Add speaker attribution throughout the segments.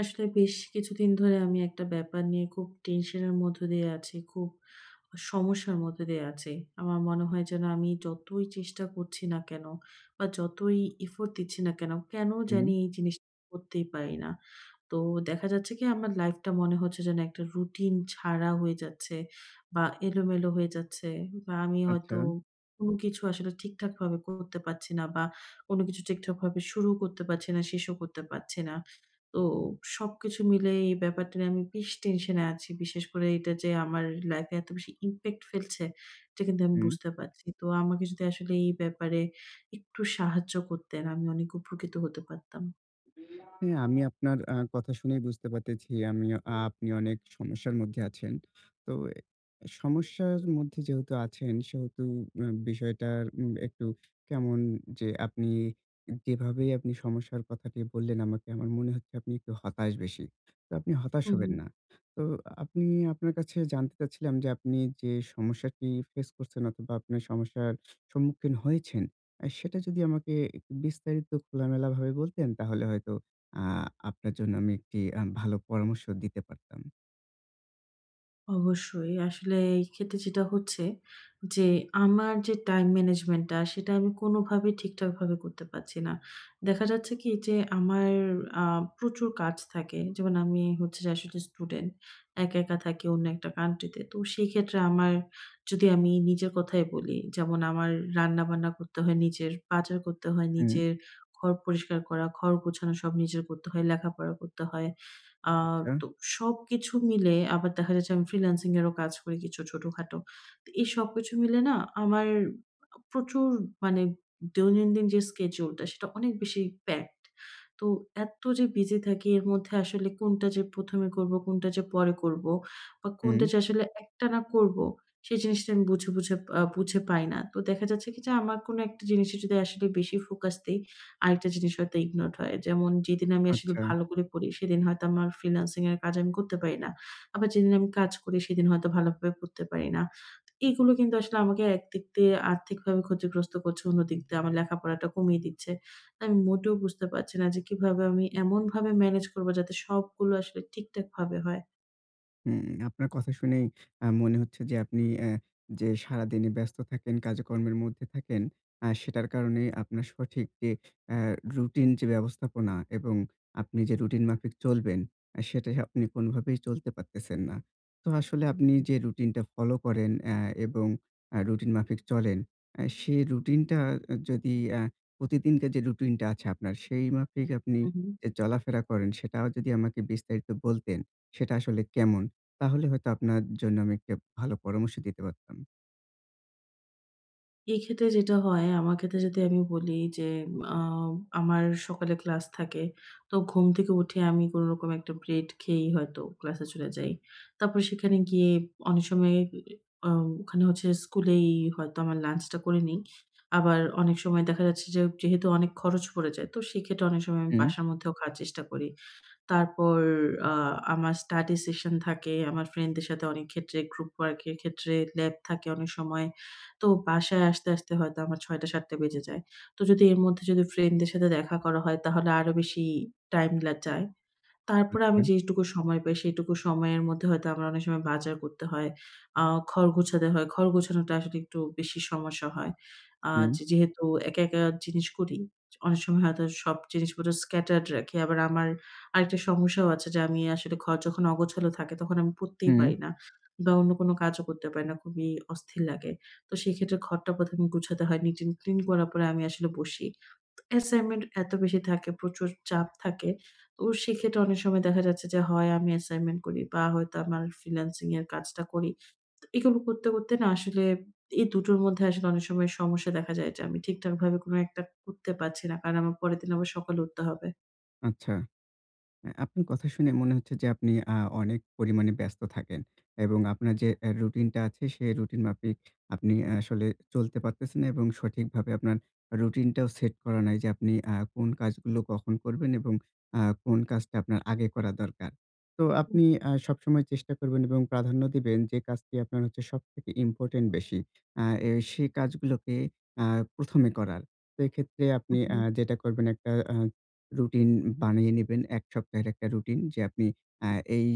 Speaker 1: আসলে বেশ কিছুদিন ধরে আমি একটা ব্যাপার নিয়ে খুব টেনশনের মধ্য দিয়ে আছি, খুব সমস্যার মধ্য দিয়ে আছি। আমার মনে হয় যেন আমি যতই চেষ্টা করছি না কেন বা যতই এফোর্ট দিচ্ছি না কেন, কেন
Speaker 2: হুম,
Speaker 1: জানি এই জিনিসটা করতেই পারি না। তো দেখা যাচ্ছে কি আমার লাইফটা মনে হচ্ছে যেন একটা রুটিন ছাড়া হয়ে যাচ্ছে বা এলোমেলো হয়ে যাচ্ছে বা আমি
Speaker 2: আচ্ছা।
Speaker 1: হয়তো কোনো কিছু আসলে ঠিকঠাকভাবে করতে পারছি না বা কোনো কিছু ঠিকঠাকভাবে শুরু করতে পারছি না, শেষও করতে পারছি না। তো সবকিছু মিলে এই ব্যাপারটা নিয়ে আমি বেশ টেনশনে আছি। বিশেষ করে এটা যে আমার লাইফে এত বেশি ইমপ্যাক্ট ফেলছে, এটা কিন্তু আমি
Speaker 2: হু।
Speaker 1: বুঝতে পারছি। তো আমাকে যদি আসলে এই ব্যাপারে একটু সাহায্য করতেন, আমি অনেক উপকৃত হতে পারতাম।
Speaker 2: হ্যাঁ, আমি আপনার কথা শুনেই বুঝতে পারতেছি আপনি অনেক সমস্যার মধ্যে আছেন। তো সমস্যার মধ্যে যেহেতু আছেন সেহেতু বিষয়টার একটু কেমন যে আপনি যেভাবেই আপনি সমস্যার কথাটি বললেন আমাকে আমার মনে হচ্ছে আপনি একটু হতাশ বেশি। তো আপনি হতাশ
Speaker 1: হু, হু।
Speaker 2: হবেন না। তো আপনি আপনার কাছে জানতে চাচ্ছিলাম যে আপনি যে সমস্যাটি ফেস করছেন অথবা আপনার সমস্যার সম্মুখীন হয়েছেন, সেটা যদি আমাকে একটু বিস্তারিত খোলামেলাভাবে বলতেন তাহলে হয়তো আ আপনার জন্য আমি একটি ভালো পরামর্শ দিতে পারতাম।
Speaker 1: অবশ্যই। আসলে এই ক্ষেত্রে যেটা হচ্ছে যে, আমার যে টাইম ম্যানেজমেন্টটা সেটা আমি কোনোভাবেই ঠিকঠাকভাবে করতে পারছি না। দেখা যাচ্ছে কি যে আমার আ প্রচুর কাজ থাকে। যেমন আমি হচ্ছে যে আসলে স্টুডেন্ট। একা, একা থাকি অন্য একটা কান্ট্রিতে। তো সেই ক্ষেত্রে আমার যদি আমি নিজের কথাই বলি, যেমন আমার রান্না-বান্না করতে হয় নিজের, বাজার করতে হয়
Speaker 2: হুম।
Speaker 1: নিজের, ঘর পরিষ্কার করা, ঘর গোছানো সব নিজের করতে হয়, লেখাপড়া করতে হয়। আ
Speaker 2: আচ্ছা।
Speaker 1: তো সবকিছু মিলে আবার দেখা যাচ্ছে আমি ফ্রিল্যান্সিং এরও কাজ করি কিছু ছোটখাটো। তো এই সবকিছু মিলে না আমার প্রচুর মানে দৈনন্দিন যে স্কেডিউলটা সেটা অনেক বেশি প্যাকড। তো এত যে বিজি থাকি এর মধ্যে আসলে কোনটা যে ১ম এ করব, কোনটা যে পরে করব বা
Speaker 2: হুম,
Speaker 1: কোনটা যে আসলে একটানা করব সেই জিনিসটা আমি বুঝে পাই না। তো দেখা যাচ্ছে কি যে আমার কোনো একটা জিনিসে যদি আসলে বেশি ফোকাস দেই আরেকটা জিনিস হয়তো ইগনোরড হয়। যেমন যেদিন আমি আসলে
Speaker 2: আচ্ছা।
Speaker 1: ভালো করে পড়ি, সেদিন হয়তো আমার ফ্রিল্যান্সিং এর কাজ আমি করতে পারি না। আবার যেদিন আমি কাজ করি, সেদিন হয়তো ভালোভাবে পড়তে পারি না। তো এগুলো কিন্তু আসলে আমাকে একদিক দিয়ে আর্থিকভাবে ক্ষতিগ্রস্ত করছে, অন্যদিক দিয়ে আমার লেখাপড়াটা কমিয়ে দিচ্ছে। আমি মোটেও বুঝতে পারছি না যে কিভাবে আমি এমনভাবে ম্যানেজ করব যাতে সবগুলো আসলে ঠিকঠাকভাবে হয়।
Speaker 2: হুম, আপনার কথা শুনেই মনে হচ্ছে যে আপনি যে সারাদিনই ব্যস্ত থাকেন, কাজকর্মের মধ্যে থাকেন, সেটার কারণে আপনার সঠিক যে অ্যা রুটিন যে ব্যবস্থাপনা এবং আপনি যে রুটিন মাফিক চলবেন, সেটাই আপনি কোনভাবেই চলতে পারতেছেন না। তো আসলে আপনি যে রুটিনটা ফলো করেন এবং রুটিন মাফিক চলেন, সেই রুটিনটা আ যদি অ্যা প্রতিদিনকার যে রুটিনটা আছে আপনার, সেই মাফিক আপনি
Speaker 1: হু, হু।
Speaker 2: যে চলাফেরা করেন, সেটাও যদি আমাকে বিস্তারিত বলতেন, সেটা আসলে কেমন? তাহলে হয়তো আপনার জন্য আমি একটা ভালো পরামর্শ দিতে পারতাম।
Speaker 1: এই ক্ষেত্রে যেটা হয়, আমার ক্ষেত্রে যদি আমি বলি যে আ আমার সকালে ক্লাস থাকে। তো ঘুম থেকে উঠে আমি কোনরকম একটা ব্রেড খেয়েই হয়তো ক্লাসে চলে যাই। তারপর সেখানে গিয়ে অনেক সময় আ ওখানে হচ্ছে স্কুলেই হয়তো আমার লাঞ্চটা করে নেই। আবার অনেক সময় দেখা যাচ্ছে যে যেহেতু অনেক খরচ পড়ে যায়, তো সেক্ষেত্রে অনেক সময় আমি
Speaker 2: হুম।
Speaker 1: বাসার মধ্যেও খাওয়ার চেষ্টা করি। তারপর আ আমার স্টাডি সেশন থাকে। আমার ফ্রেন্ডদের সাথে অনেক ক্ষেত্রে গ্রুপ ওয়ার্ক এর ক্ষেত্রে ল্যাব থাকে অনেক সময়। তো বাসায় আসতে, আসতে হয়তো আমার ৬ঃ০০ ৭ঃ০০ বেজে যায়। তো যদি এর মধ্যে যদি ফ্রেন্ডদের সাথে দেখা করা হয় তাহলে আরো বেশি টাইম লা যায়। তারপরে আমি
Speaker 2: আচ্ছা।
Speaker 1: যেইটুকু সময় পাই, সেইটুকু সময়ের মধ্যে হয়তো আমার অনেক সময় বাজার করতে হয়। আ ঘর গোছাতে হয়। ঘর গোছানোটা আসলে একটু বেশি সমস্যা হয়।
Speaker 2: হুম,
Speaker 1: যে যেহেতু একা, একা জিনিস করি, অনেক সময় হয়তো সব জিনিসপত্র scattered রাখি। আবার আমার আরেকটা সমস্যাও আছে যে আমি আসলে ঘর যখন অগোছালো থাকে তখন আমি পড়তেই
Speaker 2: হুম।
Speaker 1: পারি না বা অন্য কোনো কাজও করতে পারি না। খুবই অস্থির লাগে। তো সেক্ষেত্রে ঘরটা ১ম এ গোছাতে হয়। নিট অ্যান্ড ক্লিন করার পরে আমি আসলে বসি। অ্যাসাইনমেন্ট এত বেশি থাকে, প্রচুর চাপ থাকে। তো সেক্ষেত্রে অনেক সময় দেখা যাচ্ছে যে হয় আমি অ্যাসাইনমেন্ট করি বা হয়তো আমার ফ্রিল্যান্সিং এর কাজটা করি। তো এগুলো করতে, করতে না আসলে এই দুটোর মধ্যে আসলে অনেক সময় সমস্যা দেখা যায় যে আমি ঠিকঠাকভাবে কোনো একটা করতে পারছি না। কারণ আমার পরের দিন আবার সকালে উঠতে হবে।
Speaker 2: আচ্ছা। আপনার কথা শুনে মনে হচ্ছে যে আপনি অনেক পরিমাণে ব্যস্ত থাকেন এবং আপনার যে রুটিনটা আছে সেই রুটিন মাফিক আপনি আসলে চলতে পারতেছেন না এবং সঠিকভাবে আপনার রুটিনটাও সেট করা নাই যে আপনি কোন কাজগুলো কখন করবেন এবং কোন কাজটা আপনার আগে করা দরকার। তো
Speaker 1: হুম,
Speaker 2: আপনি সবসময় চেষ্টা করবেন এবং প্রাধান্য দিবেন যে কাজটি আপনার হচ্ছে সবথেকে ইম্পোর্টেন্ট বেশি। আ এ সেই কাজগুলোকে আ ১ম এ করার। তো এক্ষেত্রে আপনি
Speaker 1: উহু,
Speaker 2: যেটা করবেন একটা রুটিন বানিয়ে নিবেন। ১ সপ্তাহের একটা রুটিন যে আপনি আ এই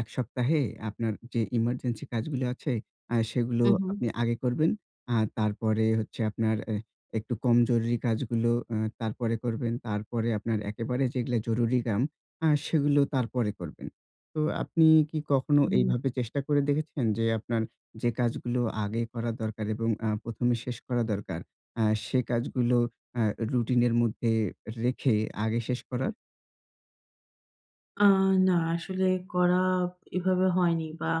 Speaker 2: ১ সপ্তাহে আপনার যে ইমার্জেন্সি কাজগুলো আছে সেগুলো
Speaker 1: উহু,
Speaker 2: আপনি আগে করবেন। আর তারপরে হচ্ছে আপনার একটু কম জরুরি কাজগুলো তারপরে করবেন। তারপরে আপনার একেবারে যেগুলা জরুরি কাম সেগুলো তারপরে করবেন। তো আপনি কি কখনো
Speaker 1: উহু।
Speaker 2: এইভাবে চেষ্টা করে দেখেছেন যে আপনার যে কাজগুলো আগে করা দরকার এবং ১ম এ শেষ করা দরকার আ সে কাজগুলো আ রুটিনের মধ্যে রেখে আগে শেষ করার?
Speaker 1: আ না আসলে করা এভাবে হয়নি বা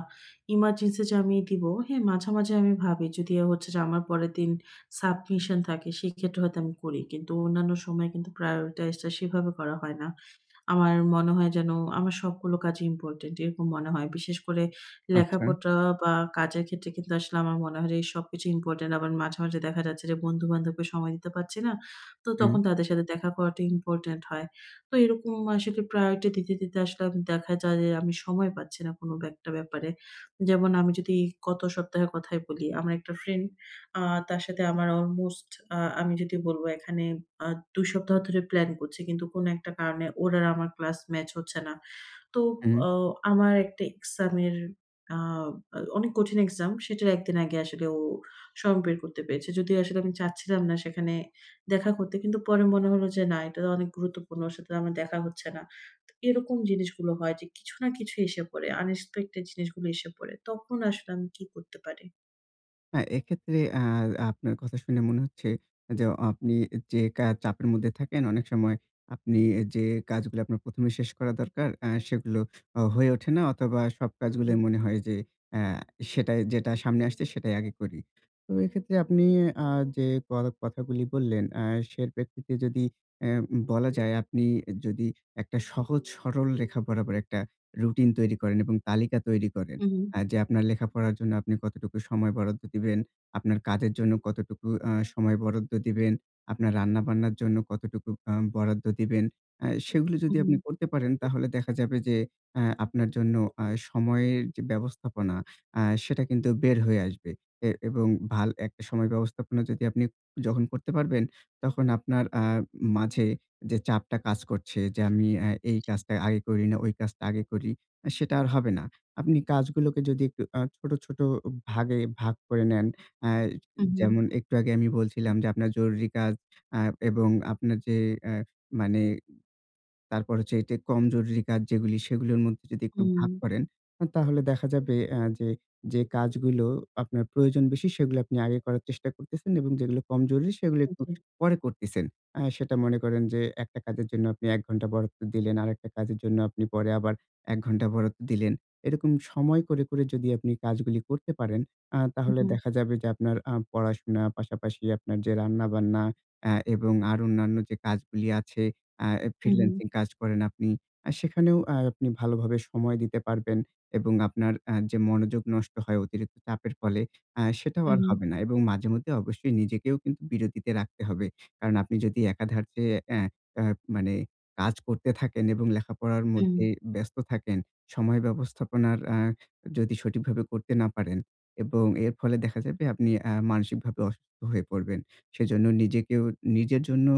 Speaker 1: ইমার্জেন্সি যে আমি দিব, হ্যাঁ মাঝে, মাঝে আমি ভাবি যদি হচ্ছে যে আমার পরের দিন সাবমিশন থাকে সেক্ষেত্রে হয়তো আমি করি। কিন্তু অন্যান্য সময় কিন্তু প্রায়োরিটাইজটা সেভাবে করা হয় না। আমার মনে হয় যেন আমার সবগুলো কাজই ইম্পোর্টেন্ট এরকম মনে হয়। বিশেষ করে
Speaker 2: আচ্ছা।
Speaker 1: লেখাপড়া বা কাজের ক্ষেত্রে কিন্তু আসলে আমার মনে হয় যে এই সবকিছু ইম্পোর্টেন্ট। আবার মাঝে, মাঝে দেখা যাচ্ছে যে বন্ধু-বান্ধবকে সময় দিতে পারছি না। তো
Speaker 2: হুম,
Speaker 1: তখন তাদের সাথে দেখা করাটা ইম্পোর্টেন্ট হয়। তো এরকম আসলে প্রায়োরিটি দিতে, দিতে আসলে আমি দেখা যায় যে আমি সময় পাচ্ছি না কোনো একটা ব্যাপারে। যেমন আমি যদি গত সপ্তাহের কথাই বলি, আমার একটা ফ্রেন্ড আ তার সাথে আমার অলমোস্ট আমি যদি বলব এখানে আ ২ সপ্তাহ ধরে প্ল্যান করছি। কিন্তু কোন একটা কারণে ওর আর আমার ক্লাস ম্যাচ হচ্ছে না। তো
Speaker 2: হুম।
Speaker 1: অ আমার একটা এক্সামের আ আ অনেক কঠিন এক্সাম। সেটার ১ দিন আগে আসলে ও সময় বের করতে পেরেছে। যদিও আসলে আমি চাচ্ছিলাম না সেখানে দেখা করতে। কিন্তু পরে মনে হলো যে না এটা অনেক গুরুত্বপূর্ণ। ওর সাথে আমার দেখা হচ্ছে না। তো এরকম জিনিসগুলো হয় যে কিছু না কিছু এসে পড়ে। আনএক্সপেক্টেড জিনিসগুলো এসে পড়ে। তখন আসলে আমি কি করতে পারি?
Speaker 2: হ্যাঁ, এক্ষেত্রে আপনার কথা শুনে মনে হচ্ছে যে, আপনি যে চাপের মধ্যে থাকেন, অনেক সময় আপনি যে কাজগুলো আপনার ১ম এ শেষ করা দরকার, সেগুলো হয়ে ওঠে না অথবা সব
Speaker 1: হুম।
Speaker 2: কাজগুলোই মনে হয় যে, অ্যা সেটাই যেটা সামনে আসছে সেটাই আগে করি। তো এক্ষেত্রে আপনি আ যে কথাগুলি বললেন, সে প্রেক্ষিতে যদি অ্যা বলা যায় আপনি যদি একটা সহজ সরল রেখা বরাবর একটা রুটিন তৈরি করেন এবং তালিকা তৈরি করেন।
Speaker 1: হু, হু,
Speaker 2: হ্যাঁ, যে আপনার লেখাপড়ার জন্য আপনি কতটুকু সময় বরাদ্দ দিবেন, আপনার কাজের জন্য কতটুকু সময় বরাদ্দ দিবেন, আপনার রান্নাবান্নার জন্য কতটুকু বরাদ্দ দিবেন। সেগুলো
Speaker 1: হু,
Speaker 2: যদি আপনি করতে পারেন তাহলে দেখা যাবে যে আপনার জন্য সময়ের যে ব্যবস্থাপনা সেটা কিন্তু বের হয়ে আসবে। এবং ভাল একটা সময় ব্যবস্থাপনা যদি আপনি যখন করতে পারবেন তখন আপনার মাঝে যে চাপটা কাজ করছে যে আমি এই
Speaker 1: হু।
Speaker 2: কাজটা আগে করি না ওই কাজটা আগে করি, সেটা আর হবে না। আপনি কাজগুলোকে যদি একটু ছোট, ছোট ভাগে ভাগ করে নেন। আ
Speaker 1: উহু,
Speaker 2: যেমন একটু আগে আমি বলছিলাম যে আপনার জরুরি কাজ আ এবং আপনার যে অ্যা মানে তারপর হচ্ছে এই যে কম জরুরি কাজ যেগুলি, সেগুলোর মধ্যে যদি একটু
Speaker 1: হুম,
Speaker 2: ভাগ করেন, তাহলে দেখা যাবে যে, যে কাজগুলো আপনার প্রয়োজন বেশি, সেগুলো আপনি আগে করার চেষ্টা করতেছেন এবং যেগুলো কম জরুরি, সেগুলো
Speaker 1: হুম
Speaker 2: একটু
Speaker 1: জি।
Speaker 2: পরে করতেছেন। সেটা মনে করেন যে, একটা কাজের জন্য আপনি ১ ঘন্টা বরাদ্দ দিলেন, আরেকটা কাজের জন্য আপনি পরে আবার ১ ঘন্টা বরাদ্দ দিলেন। এরকম সময় করে, করে যদি আপনি কাজগুলি করতে পারেন, তাহলে
Speaker 1: উহু,
Speaker 2: দেখা যাবে যে আপনার পড়াশোনা, পাশাপাশি আপনার যে রান্নাবান্না এবং আর অন্যান্য যে কাজগুলি আছে আ
Speaker 1: উহু,
Speaker 2: ফ্রিল্যান্সিং কাজ করেন আপনি। সেখানেও আপনি ভালোভাবে সময় দিতে পারবেন এবং আপনার যে মনোযোগ নষ্ট হয় অতিরিক্ত চাপের ফলে, সেটাও আর
Speaker 1: উহু,
Speaker 2: হবে না এবং মাঝেমধ্যে অবশ্যই নিজেকেও কিন্তু বিরতিতে রাখতে হবে। কারণ আপনি যদি একাধারে অ্যা আ মানে কাজ করতে থাকেন এবং লেখাপড়ার মধ্যে
Speaker 1: উম,
Speaker 2: ব্যস্ত থাকেন, সময় ব্যবস্থাপনার যদি সঠিকভাবে করতে না পারেন এবং এর ফলে দেখা যাবে আপনি মানসিকভাবে অসুস্থ হয়ে পড়বেন। সেজন্য নিজেকেও নিজের জন্য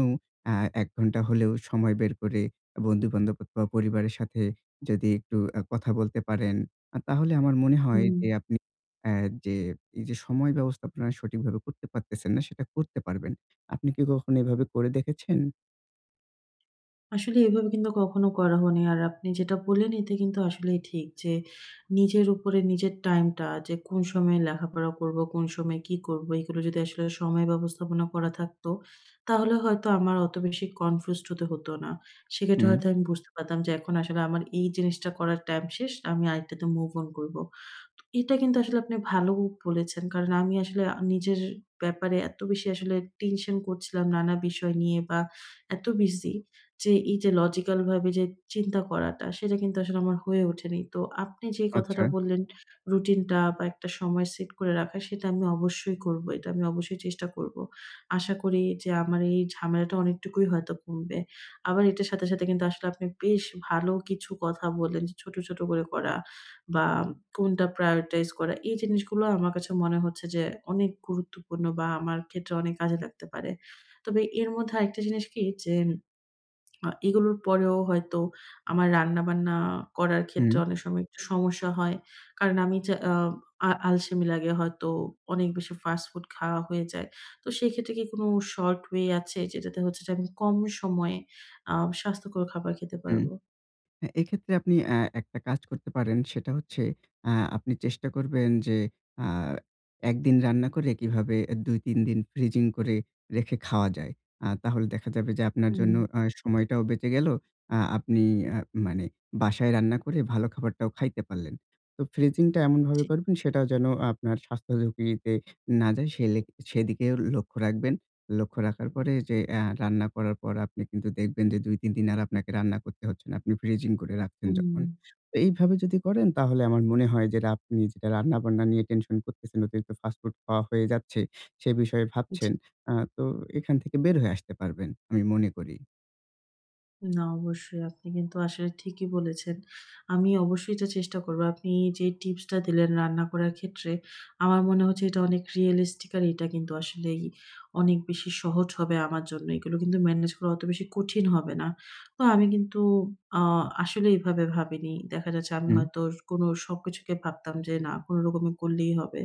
Speaker 2: আ ১ ঘন্টা হলেও সময় বের করে বন্ধু-বান্ধব অথবা পরিবারের সাথে যদি একটু কথা বলতে পারেন, তাহলে আমার মনে হয়
Speaker 1: উম।
Speaker 2: যে আপনি অ্যা যে এই যে সময় ব্যবস্থাপনা সঠিকভাবে করতে পারতেছেন না, সেটা করতে পারবেন। আপনি কি কখনো এভাবে করে দেখেছেন?
Speaker 1: আসলে এভাবে কিন্তু কখনো করা হয়নি। আর আপনি যেটা বললেন এতে কিন্তু আসলেই ঠিক যে, নিজের উপরে নিজের টাইমটা যে কোন সময়ে লেখাপড়া করব, কোন সময়ে কি করব এগুলো যদি আসলে সময় ব্যবস্থাপনা করা থাকতো, তাহলে হয়তো আমার অত বেশি কনফিউজড হতে হতো না। সেক্ষেত্রে
Speaker 2: হুম,
Speaker 1: হয়তো আমি বুঝতে পারতাম যে এখন আসলে আমার এই জিনিসটা করার টাইম শেষ। আমি আরেকটাতে মুভ অন করব। এটা কিন্তু আসলে আপনি ভালো বলেছেন। কারণ আমি আসলে নিজের ব্যাপারে এত বেশি আসলে টেনশন করছিলাম নানা বিষয় নিয়ে বা এত বিজি যে এই যে লজিক্যাল ভাবে যে চিন্তা করাটা সেটা কিন্তু আসলে আমার হয়ে ওঠেনি। তো আপনি যে
Speaker 2: আচ্ছা।
Speaker 1: কথাটা বললেন রুটিনটা বা একটা সময় সেট করে রাখা সেটা আমি অবশ্যই করব। এটা আমি অবশ্যই চেষ্টা করব। আশা করি যে আমার এই ঝামেলাটা অনেকটুকুই হয়তো কমবে। আবার এটার সাথে, সাথে কিন্তু আসলে আপনি বেশ ভালো কিছু কথা বললেন যে ছোট, ছোট করে করা বা কোনটা prioritize করা? এই জিনিসগুলো আমার কাছে মনে হচ্ছে যে অনেক গুরুত্বপূর্ণ বা আমার ক্ষেত্রে অনেক কাজে লাগতে পারে। তবে এর মধ্যে আরেকটা জিনিস কি যে এগুলোর পরেও হয়তো আমার রান্নাবান্না করার ক্ষেত্রে
Speaker 2: হুম,
Speaker 1: অনেক সময় একটু সমস্যা হয়। কারণ আমি যে আ আ আলসেমি লাগে হয়তো অনেক বেশি ফাস্ট ফুড খাওয়া হয়ে যায়। তো সেক্ষেত্রে কি কোনো শর্ট ওয়ে আছে যেটাতে হচ্ছে যে আমি কম সময়ে আ স্বাস্থ্যকর খাবার খেতে
Speaker 2: হুম।
Speaker 1: পারবো?
Speaker 2: হ্যাঁ, এক্ষেত্রে আপনি একটা কাজ করতে পারেন। সেটা হচ্ছে আপনি চেষ্টা করবেন যে আ একদিন রান্না করে কিভাবে ২-৩ দিন ফ্রিজিং করে রেখে খাওয়া যায়। তাহলে দেখা যাবে যে আপনার
Speaker 1: হুম।
Speaker 2: জন্য সময়টাও বেঁচে গেল। আপনি আ মানে বাসায় রান্না করে ভালো খাবারটাও খাইতে পারলেন। তো ফ্রিজিংটা এমনভাবে
Speaker 1: জি।
Speaker 2: করবেন সেটাও যেন আপনার স্বাস্থ্য ঝুঁকিতে না যায় সে লেক সেদিকেও লক্ষ্য রাখবেন। লক্ষ্য রাখার পরে যে রান্না করার পর আপনি কিন্তু দেখবেন যে ২-৩ দিন আর আপনাকে রান্না করতে হচ্ছে না। আপনি ফ্রিজিং করে রাখছেন যখন।
Speaker 1: হুম।
Speaker 2: তো এইভাবে যদি করেন তাহলে আমার মনে হয় যে আপনি যেটা রান্না-বান্না নিয়ে টেনশন করতেছেন, অতিরিক্ত ফাস্ট ফুড খাওয়া হয়ে যাচ্ছে, সে বিষয়ে
Speaker 1: জি।
Speaker 2: ভাবছেন। তো এখান থেকে বের হয়ে আসতে পারবেন আমি মনে করি।
Speaker 1: না, অবশ্যই। আপনি কিন্তু আসলে ঠিকই বলেছেন। আমি অবশ্যই এটা চেষ্টা করব। আপনি যে টিপসটা দিলেন রান্না করার ক্ষেত্রে, আমার মনে হচ্ছে এটা অনেক রিয়ালিস্টিক আর এটা কিন্তু আসলেই অনেক বেশি সহজ হবে আমার জন্য। এগুলো কিন্তু ম্যানেজ করা অত বেশি কঠিন হবে না। তো আমি কিন্তু আ আসলে এভাবে ভাবিনি। দেখা যাচ্ছে আমি
Speaker 2: হুম,
Speaker 1: হয়তো কোনো সবকিছুকে ভাবতাম যে না কোনরকমে করলেই হবে।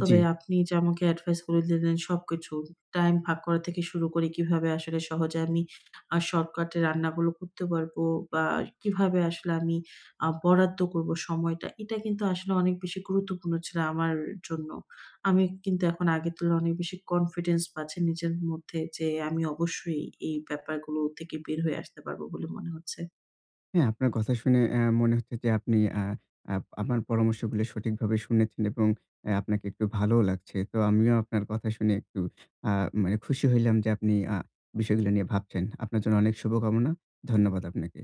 Speaker 1: তবে
Speaker 2: জি।
Speaker 1: আপনি যে আমাকে এডভাইস গুলো দিলেন সবকিছু, টাইম ভাগ করা থেকে শুরু করে কিভাবে আসলে সহজে আমি শর্টকাটে রান্নাগুলো করতে পারবো বা কিভাবে আসলে আমি বরাদ্দ করব সময়টা, এটা কিন্তু আসলে অনেক বেশি গুরুত্বপূর্ণ ছিল আমার জন্য। আমি কিন্তু এখন আগের তুলনায় অনেক বেশি কনফিডেন্স পাচ্ছি নিজের মধ্যে যে আমি অবশ্যই এই ব্যাপারগুলো থেকে বের হয়ে আসতে পারবো বলে মনে হচ্ছে।
Speaker 2: হ্যাঁ, আপনার কথা শুনে মনে হচ্ছে যে আপনি আ আপ আমার পরামর্শগুলো সঠিকভাবে শুনেছেন এবং আপনাকে একটু ভালোও লাগছে। তো আমিও আপনার কথা শুনে একটু আ মানে খুশি হইলাম যে আপনি বিষয়গুলো নিয়ে ভাবছেন। আপনার জন্য অনেক শুভকামনা। ধন্যবাদ আপনাকে।